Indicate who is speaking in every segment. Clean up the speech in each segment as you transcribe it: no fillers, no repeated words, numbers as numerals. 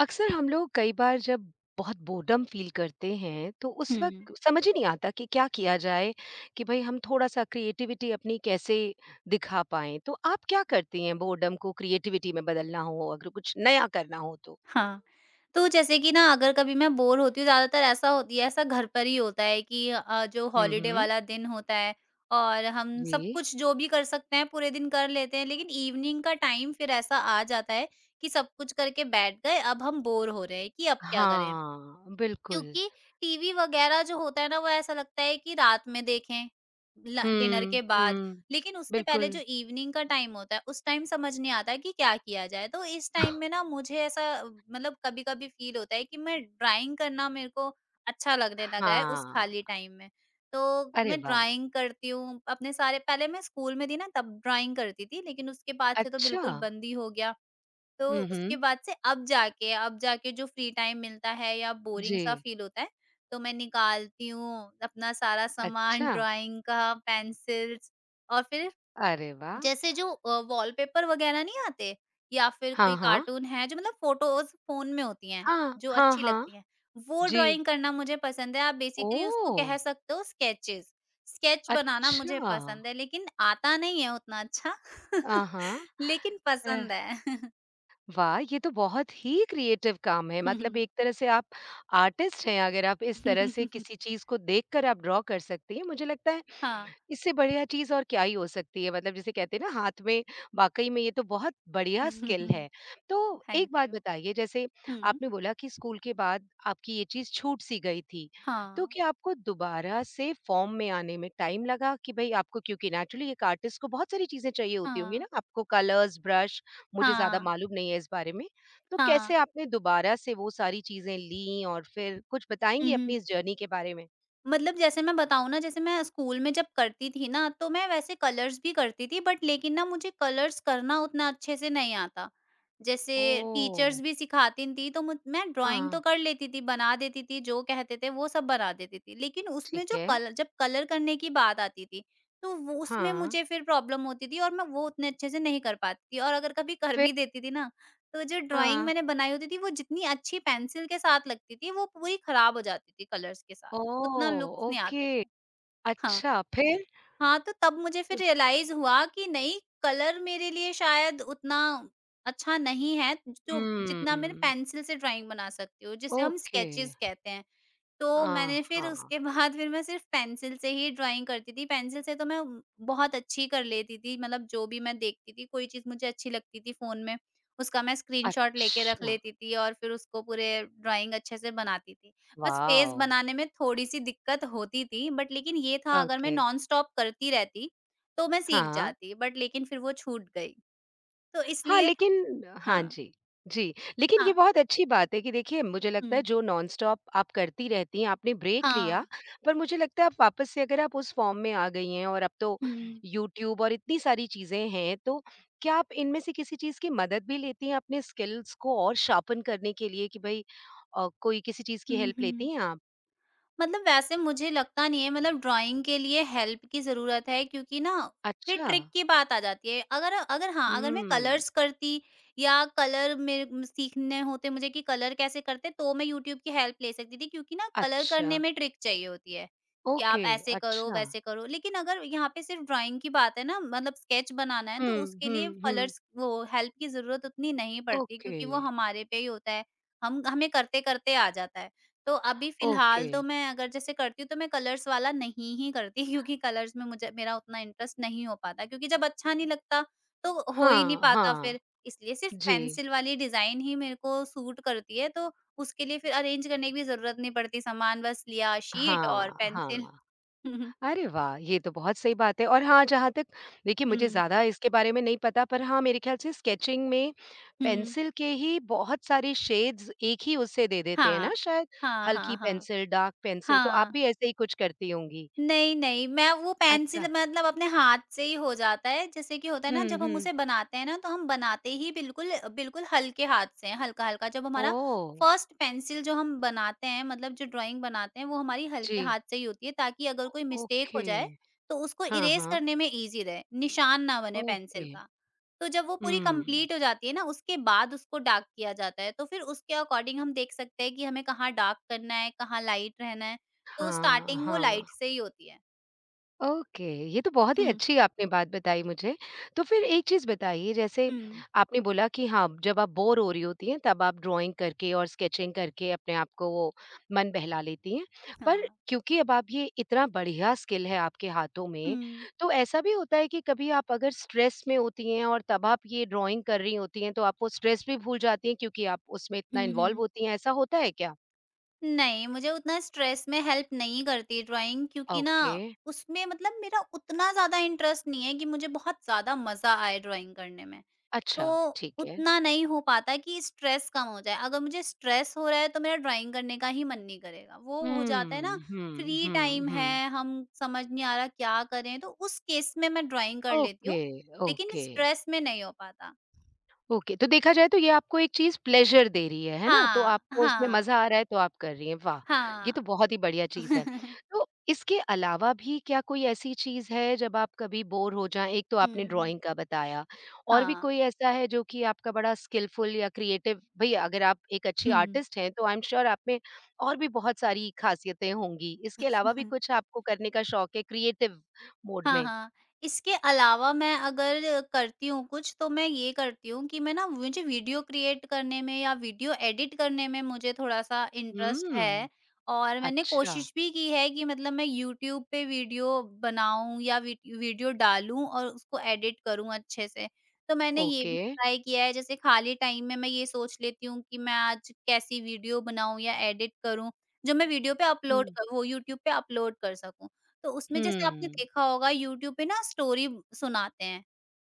Speaker 1: अक्सर हम लोग कई बार जब बहुत बोर्डम फील करते हैं तो उस
Speaker 2: हुँ।
Speaker 1: वक्त समझ ही नहीं आता कि क्या किया जाए कि भाई हम थोड़ा सा क्रिएटिविटी अपनी कैसे दिखा पाएं। तो आप क्या करती हैं बोर्डम को क्रिएटिविटी में बदलना हो अगर कुछ नया करना हो तो?
Speaker 2: हाँ। तो जैसे कि ना अगर कभी मैं बोर होती हूँ ज़्यादातर ऐसा होती है ऐसा घर पर ही होता है कि जो हॉलिडे
Speaker 1: हम्म।
Speaker 2: वाला दिन होता है और हम सब
Speaker 1: जी।
Speaker 2: कुछ जो भी कर सकते हैं पूरे दिन कर लेते हैं, लेकिन इवनिंग का टाइम फिर ऐसा आ जाता है कि सब कुछ करके बैठ गए, अब हम बोर हो रहे हैं कि अब क्या करें?
Speaker 1: हाँ, बिल्कुल।
Speaker 2: क्योंकि टीवी वगैरह जो होता है ना, वो ऐसा लगता है कि रात में देखें, ल डिनर के बाद।
Speaker 1: हम्म।
Speaker 2: लेकिन उससे पहले जो
Speaker 1: बिल्कुल।
Speaker 2: इवनिंग का टाइम होता है, उस टाइम समझ नहीं आता है कि क्या किया जाए। तो इस टाइम में ना मुझे ऐसा मतलब कभी-कभी फ़ील होता है कि मैं ड्राइंग करना मेरे को अच्छा लगने लगा है उस
Speaker 1: हाँ।
Speaker 2: खाली टाइम में। तो
Speaker 1: अरे
Speaker 2: मैं
Speaker 1: वाह।
Speaker 2: ड्राइंग करती हूँ, अपने सारे पहले मैं स्कूल में थी ना तब ड्राइंग करती थी, लेकिन उसके बाद से तो
Speaker 1: अच्छा।
Speaker 2: बिल्कुल बंद ही हो गया। तो उसके
Speaker 1: हम्म।
Speaker 2: बाद से अब जाके जो फ्री टाइम मिलता है या
Speaker 1: जी।
Speaker 2: बोरिंग सा फील होता है, तो मैं निकालती हूँ अपना सारा सामान
Speaker 1: अच्छा।
Speaker 2: ड्राइंग का, पेंसिल्स और फिर
Speaker 1: अरे वाह।
Speaker 2: जैसे जो वॉलपेपर वगैरह नहीं आते या फिर
Speaker 1: हाँ
Speaker 2: कोई
Speaker 1: हाँ।
Speaker 2: कार्टून है जो मतलब फोटोज़ फ़ोन में होती हैं,
Speaker 1: हाँ
Speaker 2: जो
Speaker 1: हाँ
Speaker 2: अच्छी
Speaker 1: हाँ।
Speaker 2: लगती हैं, वो
Speaker 1: जी।
Speaker 2: ड्राइंग करना मुझे पसंद है। आप बेसिकली उसको
Speaker 1: ओह!
Speaker 2: कह सकते हो स्केचेज़। स्केच बनाना मुझे
Speaker 1: अच्छा।
Speaker 2: पसंद है, लेकिन आता नहीं है उतना अच्छा।
Speaker 1: हाँ, हाँ।
Speaker 2: लेकिन
Speaker 1: अ,
Speaker 2: पसंद है।
Speaker 1: वाह! ये तो बहुत ही क्रिएटिव काम है। मतलब एक तरह से आप आर्टिस्ट हैं, अगर आप इस
Speaker 2: 哼
Speaker 1: तरह
Speaker 2: 哼
Speaker 1: से
Speaker 2: 哼，
Speaker 1: किसी चीज़ को देखकर आप ड्रॉ कर सकती हैं। मुझे लगता है
Speaker 2: 哈
Speaker 1: इससे बढ़िया चीज़ और क्या ही हो सकती है। मतलब जिसे कहते हैं ना हाथ में। वाक़ई में ये तो बहुत बढ़िया
Speaker 2: ，Thank
Speaker 1: स्किल
Speaker 2: 哼
Speaker 1: है। तो
Speaker 2: 哼
Speaker 1: एक बात
Speaker 2: you。
Speaker 1: बताइए, जैसे
Speaker 2: 嗯，
Speaker 1: आपने बोला कि स्कूल के बाद आपकी ये चीज़ छूट सी गई थी। तो
Speaker 2: 哈，
Speaker 1: क्या आपको दोबारा से फ़ॉर्म में आने में टाइम लगा कि भई आपको क्योंकि नेचुरली एक आर्टिस्ट को बहुत सारी चीज़ें चाहिए होती होंगी ना,
Speaker 2: 哈，
Speaker 1: आपको कलर्स, ब्रश, मुझे ज़्यादा
Speaker 2: 哈，
Speaker 1: मालूम नहीं है इस बारे में। तो
Speaker 2: 哈。
Speaker 1: कैसे आपने दोबारा से वो सारी चीज़ें लीं और फिर कुछ बताएँगी
Speaker 2: 嗯
Speaker 1: अपनी
Speaker 2: 哼。
Speaker 1: इस जर्नी के बारे में?
Speaker 2: मतलब जैसे मैं बताऊँ ना, जैसे मैं स्कूल में जब करती थी ना, तो मैं वैसे कलर्स भी करती थी बट लेकिन ना मुझे कलर्स करना उतना अच्छे से नहीं आता। जैसे
Speaker 1: ओह!
Speaker 2: टीचर्स भी सिखाती थी तो मुझ मैं ड्राइंग
Speaker 1: हाँ।
Speaker 2: तो कर लेती थी, बना देती थी, जो कहते थे वो सब बना देती थी। लेकिन उसमें
Speaker 1: ठीक
Speaker 2: जो
Speaker 1: है।
Speaker 2: कल जब कलर करने की बात आती थी, तो वो उसमें
Speaker 1: हाँ।
Speaker 2: मुझे फिर प्रॉब्लम होती थी और मैं वो उतने अच्छे से नहीं कर पाती थी और अगर कभी कर
Speaker 1: फिर?
Speaker 2: भी देती थी ना, तो जो ड्राइंग
Speaker 1: हाँ।
Speaker 2: मैंने बनाई होती थी, वो जितनी अच्छी पेंसिल के साथ लगती थी, वो पूरी खराब हो जाती थी कलर्स के साथ।
Speaker 1: ओह!
Speaker 2: उतना लुक्स नहीं
Speaker 1: ओके।
Speaker 2: आते थे। हाँ,
Speaker 1: अच्छा, फिर?
Speaker 2: हाँ, तो तब मुझे फिर रियलाइज़ हुआ कि नहीं कलर मेरे लिए शायद उतना अच्छा नहीं है, जो
Speaker 1: हुँ।
Speaker 2: जितना मैं पेंसिल से ड्राइंग बना सकती हूँ, जिसे हम
Speaker 1: ओके।
Speaker 2: स्केचेस कहते हैं। तो
Speaker 1: हाँ,
Speaker 2: मैंने फिर
Speaker 1: हाँ।
Speaker 2: उसके बाद फिर मैं सिर्फ़ पेंसिल से ही ड्राइंग करती थी। पेंसिल से तो मैं बहुत अच्छी कर लेती थी मतलब जो भी मैं देखती थी, कोई चीज़ मुझे अच्छी लगती थी फ़ोन में, उसका मैं स्क्रीनशॉट लेके रख
Speaker 1: अच्छा।
Speaker 2: लेती थी और फिर उसको पूरे ड्राइंग अच्छे से बनाती थी। बस फेस
Speaker 1: वॉव!
Speaker 2: बनाने में थोड़ी-सी दिक्कत होती थी बट लेकिन ये था अगर मैं
Speaker 1: ओके।
Speaker 2: नॉन स्टॉप करती रहती, तो मैं सीख
Speaker 1: हाँ।
Speaker 2: जाती बट लेकिन फिर वो छूट गई। तो
Speaker 1: हाँ,
Speaker 2: इसलिए
Speaker 1: लेकिन हाँ
Speaker 2: हाँ,
Speaker 1: जी, जी। लेकिन ये
Speaker 2: हाँ।
Speaker 1: बहुत अच्छी बात है कि देखिए मुझे
Speaker 2: हुँ।
Speaker 1: लगता है जो नॉनस्टॉप आप करती रहती हैं, आपने ब्रेक
Speaker 2: हाँ।
Speaker 1: लिया, पर मुझे लगता है आप वापस से अगर आप उस फ़ॉर्म में आ गई हैं और अब तो
Speaker 2: हुँ।
Speaker 1: यूट्यूब और इतनी सारी चीज़ें हैं, तो क्या आप इनमें से किसी चीज़ की मदद भी लेती हैं अपने स्किल्स को और शार्पन करने के लिए कि भई कोई किसी चीज़ की
Speaker 2: हुँ,
Speaker 1: हेल्प लेती
Speaker 2: हुँ।
Speaker 1: हैं आप?
Speaker 2: मतलब वैसे मुझे लगता नहीं है मतलब ड्राइंग के लिए हेल्प की ज़रूरत है क्योंकि ना फिर
Speaker 1: अच्छा।
Speaker 2: ट्रिक की बात आ जाती है। अगर अगर हाँ, अगर मैं
Speaker 1: हुँ।
Speaker 2: कलर्स करती या कलर मेरे म सीखने होते मुझे कि कलर कैसे करते तो मैं यूट्यूब की हेल्प ले सकती थी क्योंकि ना कलर
Speaker 1: अच्छा।
Speaker 2: करने में ट्रिक चाहिए होती है, कि आप
Speaker 1: ओके,
Speaker 2: ऐसे करो,
Speaker 1: अच्छा।
Speaker 2: वैसे करो। लेकिन अगर यहाँ पे सिर्फ़ ड्राइंग की बात है ना मतलब स्केच बनाना है तो
Speaker 1: हुँ,
Speaker 2: उसके लिए
Speaker 1: हुँ, हुँ।
Speaker 2: कलर्स वो हेल्प की ज़रूरत उतनी नहीं पड़ती
Speaker 1: ओके,
Speaker 2: क्योंकि वो हमारे पे ही होता है। हम हमें करते-करते आ जाता है। तो अभी
Speaker 1: ओके।
Speaker 2: फ़िलहाल तो मैं अगर जैसे करती हूँ तो मैं कलर्स वाला नहीं ही करती क्योंकि कलर्स में मुझे मेरा उतना इंटरेस्ट नहीं हो पाता क्योंकि जब अच्छा नहीं लगता तो हो ही नहीं
Speaker 1: हाँ,
Speaker 2: पाता
Speaker 1: हाँ।
Speaker 2: फिर। इसलिए सिर्फ़
Speaker 1: जी।
Speaker 2: पेंसिल वाली डिज़ाइन ही मेरे को सूट करती है तो उसके लिए फिर अरेंज करने की भी ज़रूरत नहीं पड़ती सामान बस लिया शीट और
Speaker 1: हाँ,
Speaker 2: पेंसिल।
Speaker 1: हाँ।
Speaker 2: हुँ, हुँ।
Speaker 1: अरे वाह! ये तो बहुत सही बात है और हाँ, जहाँ तक देखिए मुझे
Speaker 2: हुँ,
Speaker 1: ज़्यादा इसके बारे में नहीं पता, पर हाँ, मेरे ख़्याल से स्केचिंग में
Speaker 2: हुँ।
Speaker 1: पेंसिल के ही बहुत सारे शेड्स एक ही उससे दे देते हैं ना
Speaker 2: हाँ।
Speaker 1: शायद?
Speaker 2: हाँ,
Speaker 1: हल्की
Speaker 2: हाँ, हाँ।
Speaker 1: पेंसिल, डार्क पेंसिल तो आप
Speaker 2: हाँ।
Speaker 1: भी ऐसे ही कुछ करती होंगी?
Speaker 2: नहीं, नहीं, मैं वो
Speaker 1: अच्छा।
Speaker 2: पेंसिल मतलब अपने हाथ से ही हो जाता है, जैसे कि होता है ना
Speaker 1: हुँ,
Speaker 2: जब हम
Speaker 1: हुँ।
Speaker 2: उसे बनाते हैं ना तो हम बनाते ही बिल्कुल बिल्कुल हल्के हाथ से हैं, हल्का-हल्का। जब हमारा
Speaker 1: ओह!
Speaker 2: फर्स्ट पेंसिल जो हम बनाते हैं मतलब जो ड्राइंग बनाते हैं वो हमारी
Speaker 1: जी।
Speaker 2: हल्के हाथ से ही होती है ताकि अगर
Speaker 1: ओ
Speaker 2: कोई मिस्टेक
Speaker 1: ओके।
Speaker 2: हो जाए, तो उसको
Speaker 1: हाँ,
Speaker 2: इरेज़
Speaker 1: हाँ।
Speaker 2: करने में ईज़ी रहे, निशान ना बने पेंसिल
Speaker 1: ओके।
Speaker 2: का। तो जब वो पूरी
Speaker 1: हुँ।
Speaker 2: कंप्लीट हो जाती है ना उसके बाद उसको डार्क किया जाता है, तो फिर उसके अकॉर्डिंग हम देख सकते हैं कि हमें कहाँ डार्क करना है, कहाँ लाइट रहना है। तो
Speaker 1: हाँ,
Speaker 2: स्टार्टिंग वो
Speaker 1: हाँ।
Speaker 2: लाइट से ही होती है।
Speaker 1: ओके, ये तो बहुत ही
Speaker 2: हुँ।
Speaker 1: अच्छी आपने बात बताई मुझे। तो फिर
Speaker 2: हाँ।
Speaker 1: एक चीज़ बताइए जैसे
Speaker 2: हुँ,
Speaker 1: आपने बोला कि हाँ, जब आप बोर हो रही होती हैं तब आप ड्राइंग करके और स्केचिंग करके अपने आप को वो मन बहला लेती हैं।
Speaker 2: हाँ।
Speaker 1: पर क्योंकि अब आप ये इतना बढ़िया स्किल है आपके हाथों में,
Speaker 2: हुँ।
Speaker 1: तो ऐसा भी होता है कि कभी आप अगर स्ट्रेस में होती हैं और तब आप ये ड्राइंग कर रही होती हैं तो आप वो स्ट्रेस भी भूल जाती हैं क्योंकि आप उसमें इतना
Speaker 2: हुँ,
Speaker 1: इन्वॉल्व
Speaker 2: हुँ।
Speaker 1: होती हैं, ऐसा होता है क्या?
Speaker 2: नहीं, मुझे उतना स्ट्रेस में हेल्प नहीं करती ड्राइंग क्योंकि ना
Speaker 1: ओके,
Speaker 2: उसमें मतलब मेरा उतना ज़्यादा इंटरेस्ट नहीं है कि मुझे बहुत ज़्यादा मज़ा आए ड्राइंग करने में। तो
Speaker 1: अच्छा, ठीक है।
Speaker 2: उतना नहीं हो पाता कि स्ट्रेस कम हो जाए। अगर मुझे स्ट्रेस हो रहा है तो मेरा ड्राइंग करने का ही मन नहीं करेगा। वो हो जाता है ना
Speaker 1: हुँ, हुँ,
Speaker 2: फ्री
Speaker 1: हुँ,
Speaker 2: टाइम
Speaker 1: हुँ।
Speaker 2: है, हम समझ नहीं आ रहा क्या करें, तो उस केस में मैं ड्राइंग कर लेती हूँ,
Speaker 1: ओके,
Speaker 2: लेकिन
Speaker 1: ओके,
Speaker 2: स्ट्रेस में नहीं हो पाता।
Speaker 1: ओके। तो देखा जाए तो ये आपको एक चीज़ प्लेज़र दे रही है ना? तो
Speaker 2: हाँ,
Speaker 1: आपको उसमें
Speaker 2: हाँ,
Speaker 1: मज़ा आ रहा है तो आप कर रही हैं, वाह!
Speaker 2: हुँ।
Speaker 1: ये
Speaker 2: हाँ।
Speaker 1: तो बहुत ही बढ़िया चीज़ है।
Speaker 2: हुँ,
Speaker 1: तो इसके अलावा भी क्या कोई ऐसी चीज़ है जब आप कभी बोर हो जाएँ? एक तो आपने
Speaker 2: हुँ।
Speaker 1: ड्राइंग का बताया, और भी
Speaker 2: हाँ।
Speaker 1: कोई ऐसा है जो कि आपका बड़ा स्किलफुल या क्रिएटिव, भई अगर आप एक अच्छी
Speaker 2: हुँ।
Speaker 1: आर्टिस्ट हैं तो आई एम श्योर आप में और भी बहुत सारी ख़ासियतें होंगी। इसके अलावा भी कुछ आपको करने का शौक है क्रिएटिव मोड
Speaker 2: हाँ,
Speaker 1: में?
Speaker 2: हाँ। इसके अलावा मैं अगर करती हूँ कुछ तो मैं ये करती हूँ कि मैं ना मुझे वीडियो क्रिएट करने में या वीडियो एडिट करने में मुझे थोड़ा-सा इंटरेस्ट
Speaker 1: हुँ,
Speaker 2: है और मैंने
Speaker 1: अच्छा।
Speaker 2: कोशिश भी की है कि मतलब मैं यूट्यूब पे वीडियो बनाऊँ या वी वीडियो डालूँ और उसको एडिट करूँ अच्छे से। तो मैंने ये
Speaker 1: ओके।
Speaker 2: भी ट्राई किया है जैसे खाली टाइम में मैं ये सोच लेती हूँ कि मैं आज कैसी वीडियो बनाऊँ या एडिट करूँ, जो मैं वीडियो पे अपलोड
Speaker 1: हुँ,
Speaker 2: कर वो यूट्यूब पे अपलोड कर सकूँ। तो उसमें जैसे आपने
Speaker 1: हुँ।
Speaker 2: देखा होगा यूट्यूब पे ना स्टोरी सुनाते हैं।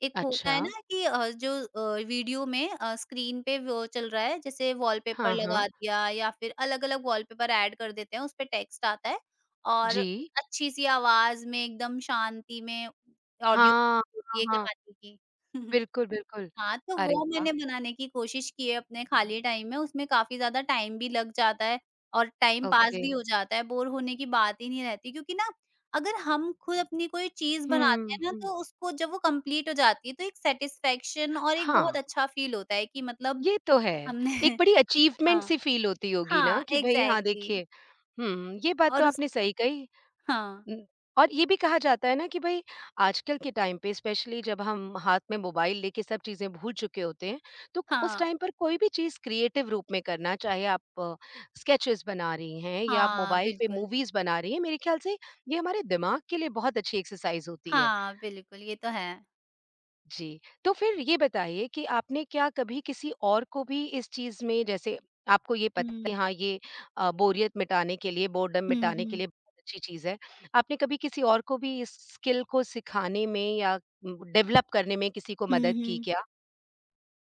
Speaker 2: एक होता
Speaker 1: अच्छा।
Speaker 2: है ना कि जो वीडियो में स्क्रीन पे वो चल रहा है जैसे वॉलपेपर
Speaker 1: हाँ, हाँ।
Speaker 2: लगा दिया या फिर अलग-अलग वॉलपेपर ऐड कर देते हैं, उसपे टेक्स्ट आता है और
Speaker 1: जी।
Speaker 2: अच्छी-सी आवाज़ में एकदम शांति में ऑडियो
Speaker 1: हाँ, हाँ,
Speaker 2: होती है
Speaker 1: हाँ।
Speaker 2: कहानी की।
Speaker 1: बिल्कुल, बिल्कुल।
Speaker 2: हाँ, तो
Speaker 1: अरे
Speaker 2: वो
Speaker 1: वाह!
Speaker 2: मैंने बनाने की कोशिश की है अपने खाली टाइम में, उसमें काफ़ी ज़्यादा टाइम भी लग जाता है और टाइम पास
Speaker 1: ओके।
Speaker 2: भी हो जाता है, बोर होने की बात ही नहीं रहती क्योंकि ना अगर हम खुद अपनी कोई चीज़ बनाते
Speaker 1: हुँ,
Speaker 2: हैं ना
Speaker 1: हुँ।
Speaker 2: तो उसको जब वो कंप्लीट हो जाती है तो एक सैटिस्फैक्शन और एक
Speaker 1: हाँ,
Speaker 2: बहुत अच्छा फ़ील होता है कि मतलब
Speaker 1: ये तो है। एक
Speaker 2: हमने
Speaker 1: बड़ी अचीवमेंट
Speaker 2: हाँ,
Speaker 1: सी फ़ील होती होगी ना
Speaker 2: हाँ,
Speaker 1: कि भई हाँ,
Speaker 2: एग्ज़ैक्टली
Speaker 1: देखिए। हुँ, ये बात तो
Speaker 2: और उस
Speaker 1: आपने सही कही।
Speaker 2: हाँ,
Speaker 1: हुँ, और ये भी कहा जाता है ना कि भई आजकल के टाइम पे स्पेशली जब हम हाथ में मोबाइल लेके सब चीज़ें भूल चुके होते हैं, तो उस
Speaker 2: हाँ,
Speaker 1: टाइम पर कोई भी चीज़ क्रिएटिव रूप में करना, चाहे आप स्केचेज़ बना रही हैं या आप
Speaker 2: हाँ,
Speaker 1: मोबाइल पे
Speaker 2: बिल्कुल।
Speaker 1: मूवीज़ बना रही हैं, मेरे ख़्याल से ये हमारे दिमाग के लिए बहुत अच्छी एक्सरसाइज़ होती है।
Speaker 2: हाँ, बिल्कुल, ये तो है।
Speaker 1: जी, तो फिर ये बताइए कि आपने क्या कभी किसी और को भी इस चीज़ में जैसे आपको ये पता है
Speaker 2: हुँ।
Speaker 1: हाँ, ये बोरियत मिटाने के लिए, बोर्डम
Speaker 2: हुँ,
Speaker 1: मिटाने के
Speaker 2: हुँ।
Speaker 1: लिए बहुत अच्छी चीज़ है। आपने कभी किसी और को भी इस स्किल को सिखाने में या डेवलप करने में किसी को
Speaker 2: हुँ,
Speaker 1: मदद की
Speaker 2: हुँ।
Speaker 1: क्या?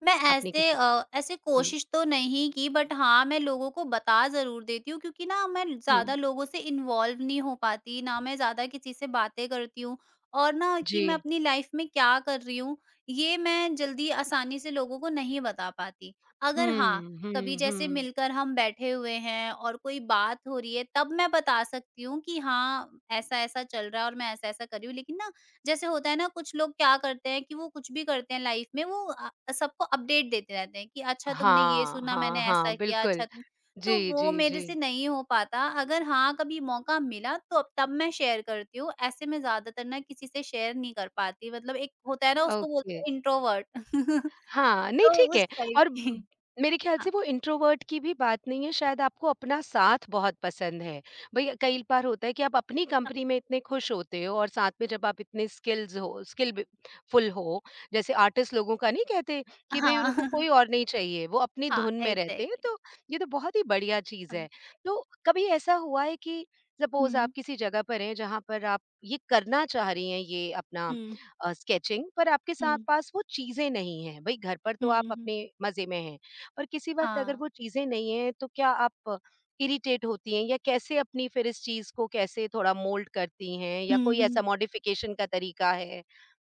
Speaker 2: मैं
Speaker 1: आपने
Speaker 2: ऐसे
Speaker 1: किसी,
Speaker 2: अ, ऐसे
Speaker 1: हुँ,
Speaker 2: कोशिश तो नहीं की बट हाँ, मैं लोगों को बता ज़रूर देती हूँ क्योंकि ना मैं
Speaker 1: हुँ,
Speaker 2: ज़्यादा लोगों से इन्वॉल्व नहीं हो पाती, ना मैं ज़्यादा किसी से बातें करती हूँ और ना कि
Speaker 1: जी।
Speaker 2: मैं अपनी लाइफ़ में क्या कर रही हूँ, ये मैं जल्दी आसानी से लोगों को नहीं बता पाती। अगर हाँ,
Speaker 1: हुँ,
Speaker 2: कभी
Speaker 1: हुँ,
Speaker 2: जैसे
Speaker 1: हुँ।
Speaker 2: मिलकर हम बैठे हुए हैं और कोई बात हो रही है तब मैं बता सकती हूँ कि हाँ, ऐसा-ऐसा चल रहा है और मैं ऐसा-ऐसा कर रही हूँ। लेकिन ना जैसे होता है ना कुछ लोग क्या करते हैं कि वो कुछ भी करते हैं लाइफ में वो सबको अपडेट देते रहते हैं कि अच्छा तुमने ये
Speaker 1: हाँ,
Speaker 2: सुना मैंने
Speaker 1: हाँ,
Speaker 2: ऐसा
Speaker 1: हाँ,
Speaker 2: किया
Speaker 1: बिल्कुल।
Speaker 2: अच्छा तुम तो
Speaker 1: जी,
Speaker 2: वो
Speaker 1: जी,
Speaker 2: मेरे से
Speaker 1: जी।
Speaker 2: नहीं हो पाता अगर हाँ कभी मौका मिला तो अब तब मैं शेयर करती हूँ ऐसे मैं ज्यादातर ना किसी से शेयर नहीं कर पाती मतलब एक होता है ना उसको
Speaker 1: ओके।
Speaker 2: बोलते हैं इंट्रोवर्ट।
Speaker 1: हाँ, नहीं
Speaker 2: तो
Speaker 1: ठीक
Speaker 2: उस
Speaker 1: है।
Speaker 2: टाइप
Speaker 1: और
Speaker 2: की
Speaker 1: ब मेरे ख़्याल
Speaker 2: हाँ,
Speaker 1: से वो इंट्रोवर्ट की भी बात नहीं है, शायद आपको अपना साथ बहुत पसंद है। भई कई बार होता है कि आप अपनी कंपनी में इतने खुश होते हो और साथ में जब आप इतने स्किल्स हो स्किल ब फुल हो, जैसे आर्टिस्ट लोगों का नहीं कहते कि भई
Speaker 2: हाँ।
Speaker 1: उनको कोई और नहीं चाहिए, वो अपनी
Speaker 2: हाँ,
Speaker 1: धुन में रहते हैं,
Speaker 2: एग्जैक्टली।
Speaker 1: तो ये तो बहुत ही बढ़िया चीज़ है।
Speaker 2: हाँ।
Speaker 1: तो कभी ऐसा हुआ है कि सपोज़ आप
Speaker 2: हम्म,
Speaker 1: किसी जगह पर हैं, जहाँ पर आप ये करना चाह रही हैं, ये अपना
Speaker 2: हम्म,
Speaker 1: स्केचिंग पर आपके साथ
Speaker 2: हम्म,
Speaker 1: पास वो चीज़ें नहीं हैं। भई घर पर तो
Speaker 2: हम्म,
Speaker 1: आप अपने मज़े में हैं, पर किसी वक़्त अगर
Speaker 2: हाँ।
Speaker 1: वो चीज़ें नहीं हैं तो क्या आप इरिटेट होती हैं या कैसे अपनी फिर इस चीज़ को कैसे थोड़ा मोल्ड करती हैं या
Speaker 2: हम्म,
Speaker 1: कोई
Speaker 2: हम्म।
Speaker 1: ऐसा मॉडिफ़िकेशन का तरीका है?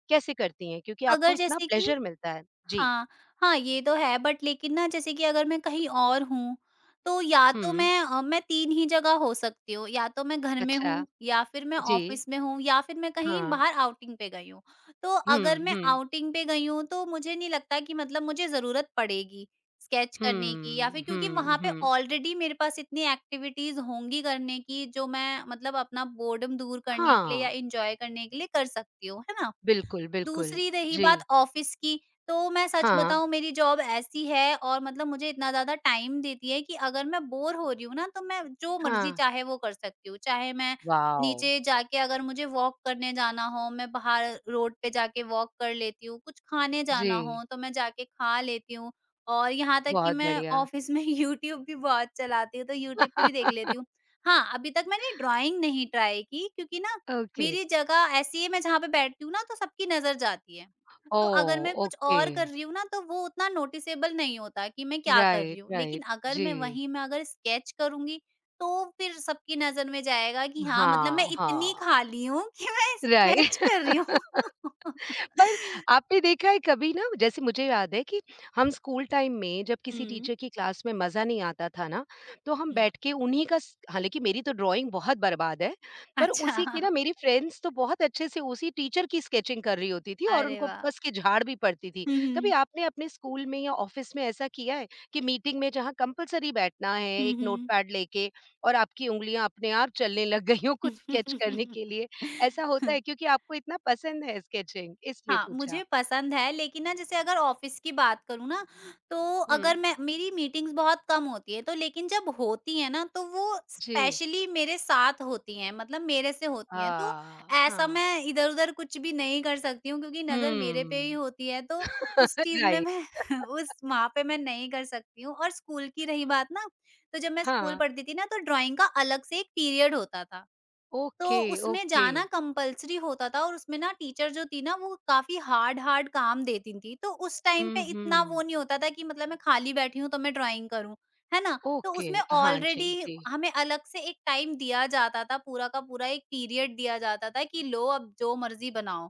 Speaker 1: कैसे करती हैं? क्योंकि आपको
Speaker 2: अगर
Speaker 1: इतना
Speaker 2: जैसे कि
Speaker 1: प्लेज़र मिलता है। जी।
Speaker 2: हाँ, हाँ, ये तो है बट लेकिन ना जैसे कि अगर मैं कहीं और हूँ, तो या तो
Speaker 1: हुँ।
Speaker 2: मैं मैं 3 ही जगह हो सकती हूँ, या तो मैं घर में
Speaker 1: अच्छा।
Speaker 2: हूँ, या फिर मैं
Speaker 1: जी।
Speaker 2: ऑफ़िस में हूँ, या फिर मैं कहीं
Speaker 1: हाँ।
Speaker 2: बाहर आउटिंग पे गई हूँ। तो अगर
Speaker 1: हुँ,
Speaker 2: मैं
Speaker 1: हुँ।
Speaker 2: आउटिंग पे गई हूँ, तो मुझे नहीं लगता कि मतलब मुझे ज़रूरत पड़ेगी स्केच करने की या
Speaker 1: हुँ,
Speaker 2: फिर क्योंकि
Speaker 1: हुँ,
Speaker 2: वहाँ पे
Speaker 1: हुँ।
Speaker 2: ऑलरेडी मेरे पास इतनी एक्टिविटीज़ होंगी करने की, जो मैं मतलब अपना बोर्डम दूर करने के लिए
Speaker 1: हाँ,
Speaker 2: या एन्जॉय करने के लिए कर सकती हूँ, है ना?
Speaker 1: बिल्कुल, बिल्कुल।
Speaker 2: दूसरी रही
Speaker 1: जी।
Speaker 2: बात ऑफ़िस की। तो मैं सच
Speaker 1: हाँ,
Speaker 2: बताऊँ, मेरी जॉब ऐसी है और मतलब मुझे इतना ज़्यादा टाइम देती है कि अगर मैं बोर हो रही हूँ ना तो मैं जो मर्ज़ी
Speaker 1: हाँ।
Speaker 2: चाहे वो कर सकती हूँ। चाहे मैं
Speaker 1: वॉव!
Speaker 2: नीचे जाके, अगर मुझे वॉक करने जाना हो, मैं बाहर रोड पे जाके वॉक कर लेती हूँ, कुछ खाने जाना
Speaker 1: जी।
Speaker 2: हो तो मैं जाके खा लेती हूँ और यहाँ तक कि
Speaker 1: बहुत
Speaker 2: मैं
Speaker 1: बढ़िया।
Speaker 2: ऑफ़िस में यूट्यूब भी बहुत चलाती हूँ, तो यूट्यूब पे भी देख लेती हूँ। हाँ, अभी तक मैंने ड्राइंग नहीं ट्राई की क्योंकि ना
Speaker 1: ओके।
Speaker 2: मेरी जगह ऐसी है, मैं जहाँ पे बैठती हूँ ना तो सबकी नज़र जाती है। तो अगर मैं
Speaker 1: ओह!
Speaker 2: कुछ
Speaker 1: ओके।
Speaker 2: और कर रही हूँ ना तो वो उतना नोटिसेबल नहीं होता कि मैं क्या कर रही
Speaker 1: राइट,
Speaker 2: हूँ। लेकिन
Speaker 1: राइट।
Speaker 2: अगर
Speaker 1: जी।
Speaker 2: मैं अगर स्केच करूँगी तो फिर सबकी नज़र में जाएगा कि हाँ, मतलब मैं
Speaker 1: हाँ,
Speaker 2: इतनी
Speaker 1: हाँ।
Speaker 2: खाली हूँ कि मैं
Speaker 1: राइट।
Speaker 2: स्केच कर रही हूँ।
Speaker 1: पर आपने देखा है कभी ना, जैसे मुझे याद है कि हम स्कूल टाइम में जब किसी
Speaker 2: हुँ,
Speaker 1: टीचर की क्लास में मज़ा नहीं आता था ना, तो हम
Speaker 2: हुँ।
Speaker 1: बैठ के उन्हीं का स हालाँकि मेरी तो ड्राइंग बहुत बर्बाद है, पर
Speaker 2: अच्छा,
Speaker 1: उसी की ना मेरी फ्रेंड्स तो बहुत अच्छे से उसी टीचर की स्केचिंग कर रही होती थी और
Speaker 2: अरे
Speaker 1: उनको
Speaker 2: वाह!
Speaker 1: कस के झाड़ भी पड़ती थी।
Speaker 2: हुँ,
Speaker 1: कभी
Speaker 2: हुँ।
Speaker 1: आपने अपने स्कूल में या ऑफ़िस में ऐसा किया है कि मीटिंग में जहाँ कंपल्सरी बैठना है एक
Speaker 2: हुँ,
Speaker 1: नोटपैड लेके और आपकी उँगलियाँ अपने आप चलने लग गई हों कुछ स्केच करने
Speaker 2: हुँ।
Speaker 1: के लिए? ऐसा होता है क्योंकि आपको इतना पसंद है स्केचिंग, इसलिए
Speaker 2: हाँ,
Speaker 1: पूछा।
Speaker 2: मुझे पसंद है लेकिन ना, जैसे अगर ऑफ़िस की बात करूँ ना, तो
Speaker 1: हुँ।
Speaker 2: अगर मैं मेरी मीटिंग्स बहुत कम होती है, तो लेकिन जब होती है ना तो वो
Speaker 1: जी।
Speaker 2: स्पेशली मेरे साथ होती हैं, मतलब मेरे से होती हैं। तो
Speaker 1: हाँ,
Speaker 2: ऐसा
Speaker 1: हाँ।
Speaker 2: मैं इधर-उधर कुछ भी नहीं कर सकती हूँ क्योंकि नज़र मेरे पे ही
Speaker 1: हुँ।
Speaker 2: होती है, तो उस चीज़ में
Speaker 1: राइट,
Speaker 2: मैं उस वहाँ पे मैं नहीं कर सकती हूँ। और स्कूल की रही बात ना, तो जब मैं स्कूल
Speaker 1: हाँ।
Speaker 2: पढ़ती थी ना तो ड्राइंग का अलग से एक पीरियड होता था। तो
Speaker 1: ओके,
Speaker 2: उसमें
Speaker 1: ओके।
Speaker 2: जाना कंपल्सरी होता था और उसमें ना टीचर जो थी ना वो काफी हार्ड हार्ड काम देती थी, तो उस टाइम पे
Speaker 1: हुँ,
Speaker 2: इतना
Speaker 1: हुँ।
Speaker 2: वो नहीं होता था कि मतलब मैं खाली बैठी हूँ तो मैं ड्राइंग करूँ, है ना। तो
Speaker 1: ओके,
Speaker 2: उसमें
Speaker 1: हाँ जी,
Speaker 2: ऑलरेडी
Speaker 1: जी।
Speaker 2: हमें अलग से एक टाइम दिया जाता था, पूरा का पूरा एक पीरियड दिया जाता था कि लो अब जो मर्जी बनाओ।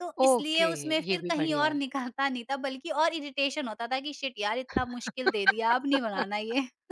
Speaker 2: तो इसलिए
Speaker 1: ओके,
Speaker 2: उसमें
Speaker 1: ये
Speaker 2: फिर
Speaker 1: भी
Speaker 2: कहीं
Speaker 1: बढ़िया
Speaker 2: और
Speaker 1: है।
Speaker 2: निकलता नहीं था, बल्कि और इरिटेशन होता था कि शिट यार, इतना मुश्किल दे दिया, अब नहीं बनाना ये।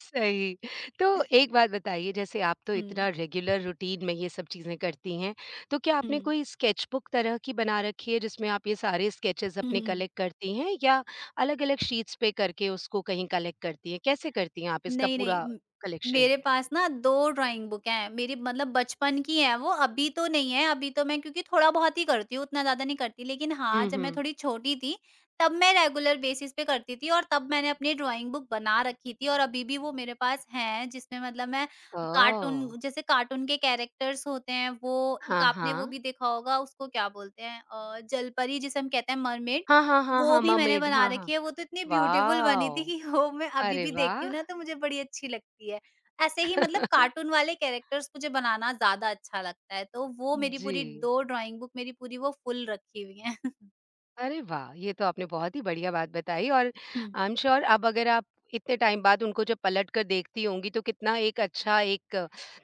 Speaker 1: सही। तो एक बात बताइए, जैसे आप तो
Speaker 2: हम्म,
Speaker 1: इतना रेगुलर रूटीन में ये सब चीज़ें करती हैं, तो क्या आपने कोई स्केचबुक तरह की बना रखी है जिसमें आप ये सारे स्केचेज़ अपने
Speaker 2: हम्म।
Speaker 1: कलेक्ट करती हैं या अलग-अलग शीट्स पे करके उसको कहीं कलेक्ट करती हैं? कैसे करती हैं आप इसका
Speaker 2: नहीं, नहीं।
Speaker 1: पूरा कलेक्शन?
Speaker 2: मेरे पास ना 2 ड्रॉइंग बुक हैं। मेरी मतलब बचपन की हैं वो, अभी तो नहीं है, अभी तो मैं क्योंकि थोड़ा-बहुत ही करती हूँ, उतना ज़्यादा नहीं करती। लेकिन हाँ,
Speaker 1: हुँ,
Speaker 2: जब मैं
Speaker 1: हुँ।
Speaker 2: थोड़ी छोटी थी, तब मैं रेगुलर बेसिस पे करती थी और तब मैंने अपनी ड्रॉइंग बुक बना रखी थी और अभी भी वो मेरे पास हैं, जिसमें मतलब मैं
Speaker 1: ओह!
Speaker 2: कार्टून, जैसे कार्टून के कैरेक्टर्स होते हैं, वो एक
Speaker 1: हाँ,
Speaker 2: आपने वो
Speaker 1: हाँ।
Speaker 2: भी देखा होगा, उसको क्या बोलते हैं जलपरी, जिसे हम कहते हैं मरमेड,
Speaker 1: हाँ, हाँ, हाँ,
Speaker 2: वो
Speaker 1: हाँ,
Speaker 2: भी मैंने
Speaker 1: मर्मेड
Speaker 2: बना
Speaker 1: हाँ, हाँ।
Speaker 2: रखी है। वो तो इतनी ब्यूटीफुल बनी थी
Speaker 1: वाव!
Speaker 2: कि वो मैं अभी
Speaker 1: अरे
Speaker 2: भी देखती हूँ ना
Speaker 1: वाह!
Speaker 2: तो मुझे बड़ी अच्छी लगती है। ऐसे ही मतलब कार्टून वाले कैरेक्टर्स मुझे बनाना ज़्यादा अच्छा लगता है, तो वो मेरी
Speaker 1: जी।
Speaker 2: पूरी 2 ड्राइंग बुक मेरी पूरी वो फुल रखी हुई हैं।
Speaker 1: अरे वाह! ये तो आपने बहुत ही बढ़िया बात बताई और आई एम श्योर अब अगर आप इतने टाइम बाद उनको जब पलट कर देखती होंगी तो कितना एक अच्छा एक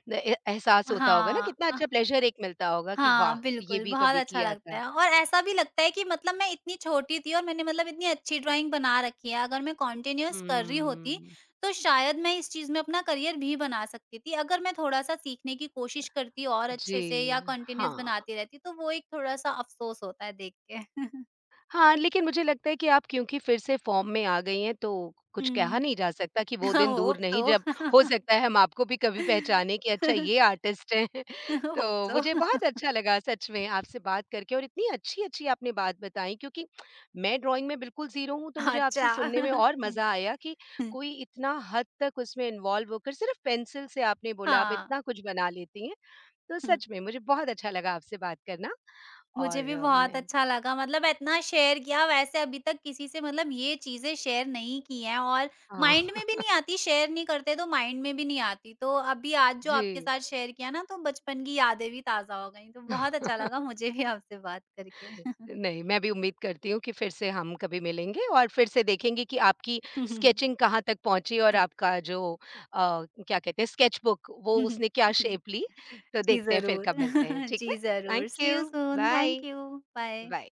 Speaker 1: न ए एहसास होता होगा ना,
Speaker 2: हाँ।
Speaker 1: कितना अच्छा प्लेज़र एक मिलता होगा कि
Speaker 2: हाँ,
Speaker 1: वाह! ये
Speaker 2: बिल्कुल,
Speaker 1: भी
Speaker 2: बहुत
Speaker 1: कभी
Speaker 2: अच्छा
Speaker 1: किया
Speaker 2: लगता
Speaker 1: था।
Speaker 2: है और ऐसा भी लगता है कि मतलब मैं इतनी छोटी थी और मैंने मतलब इतनी अच्छी ड्राइंग बना रखी है, अगर मैं कंटीन्यूअस कर रही होती,
Speaker 1: हुँ,
Speaker 2: तो शायद मैं इस चीज़ में अपना करियर भी बना सकती थी। अगर मैं थोड़ा-सा सीखने की कोशिश करती और अच्छे से या
Speaker 1: जी,
Speaker 2: कंटीन्यूअस
Speaker 1: हाँ।
Speaker 2: बनाती रहती, तो वो एक थोड़ा-सा अफ़सोस होता है देख के।
Speaker 1: हाँ, लेकिन मुझे लगता है कि आप क्योंकि फिर से फ़ॉर्म में आ गई हैं, तो कुछ कहा
Speaker 2: हुँ।
Speaker 1: नहीं जा सकता कि वो दिन दूर
Speaker 2: होप
Speaker 1: नहीं जब
Speaker 2: सो।
Speaker 1: हो सकता है हम आपको भी कभी पहचाने कि अच्छा ये आर्टिस्ट हैं।
Speaker 2: होप
Speaker 1: तो
Speaker 2: सो।
Speaker 1: मुझे बहुत अच्छा लगा सच में आपसे बात करके और इतनी अच्छी-अच्छी आपने बात बताई क्योंकि मैं ड्राइंग में बिल्कुल ज़ीरो हूँ, तो मुझे आपसे
Speaker 2: अच्छा।
Speaker 1: सुनने में और
Speaker 2: हुँ,
Speaker 1: मज़ा आया कि
Speaker 2: हुँ।
Speaker 1: कोई इतना हद तक उसमें इन्वॉल्व होकर सिर्फ़ पेंसिल से आपने बोला आप
Speaker 2: हाँ,
Speaker 1: इतना कुछ बना लेती हैं। तो
Speaker 2: हुँ।
Speaker 1: सच में मुझे बहुत अच्छा लगा आपसे बात करना
Speaker 2: मुझे
Speaker 1: और
Speaker 2: भी बहुत
Speaker 1: मैं,
Speaker 2: अच्छा लगा, मतलब इतना शेयर किया, वैसे अभी तक किसी से मतलब ये चीज़ें शेयर नहीं की हैं और
Speaker 1: हाँ।
Speaker 2: माइंड में भी नहीं आती, शेयर नहीं करते तो माइंड में भी नहीं आती। तो अभी आज जो आपके
Speaker 1: जी।
Speaker 2: साथ शेयर किया ना तो बचपन की यादें भी ताज़ा हो गई। तो बहुत अच्छा लगा मुझे भी आपसे बात करके।
Speaker 1: नहीं, मैं भी उम्मीद करती हूँ कि फिर से हम कभी मिलेंगे और फिर से देखेंगे कि आपकी स्केचिंग कहाँ तक पहुँची और आपका जो क्या कहते हैं स्केचबुक वो उसने क्या शेप ली। तो
Speaker 2: जी
Speaker 1: देखते हैं फिर
Speaker 2: ज़रूर।
Speaker 1: कब मिलते हैं, ठीक
Speaker 2: जी
Speaker 1: है?
Speaker 2: ज़रूर।
Speaker 1: Thank
Speaker 2: see
Speaker 1: you.
Speaker 2: You soon.
Speaker 1: Bye,
Speaker 2: thank you. Bye.
Speaker 1: Bye.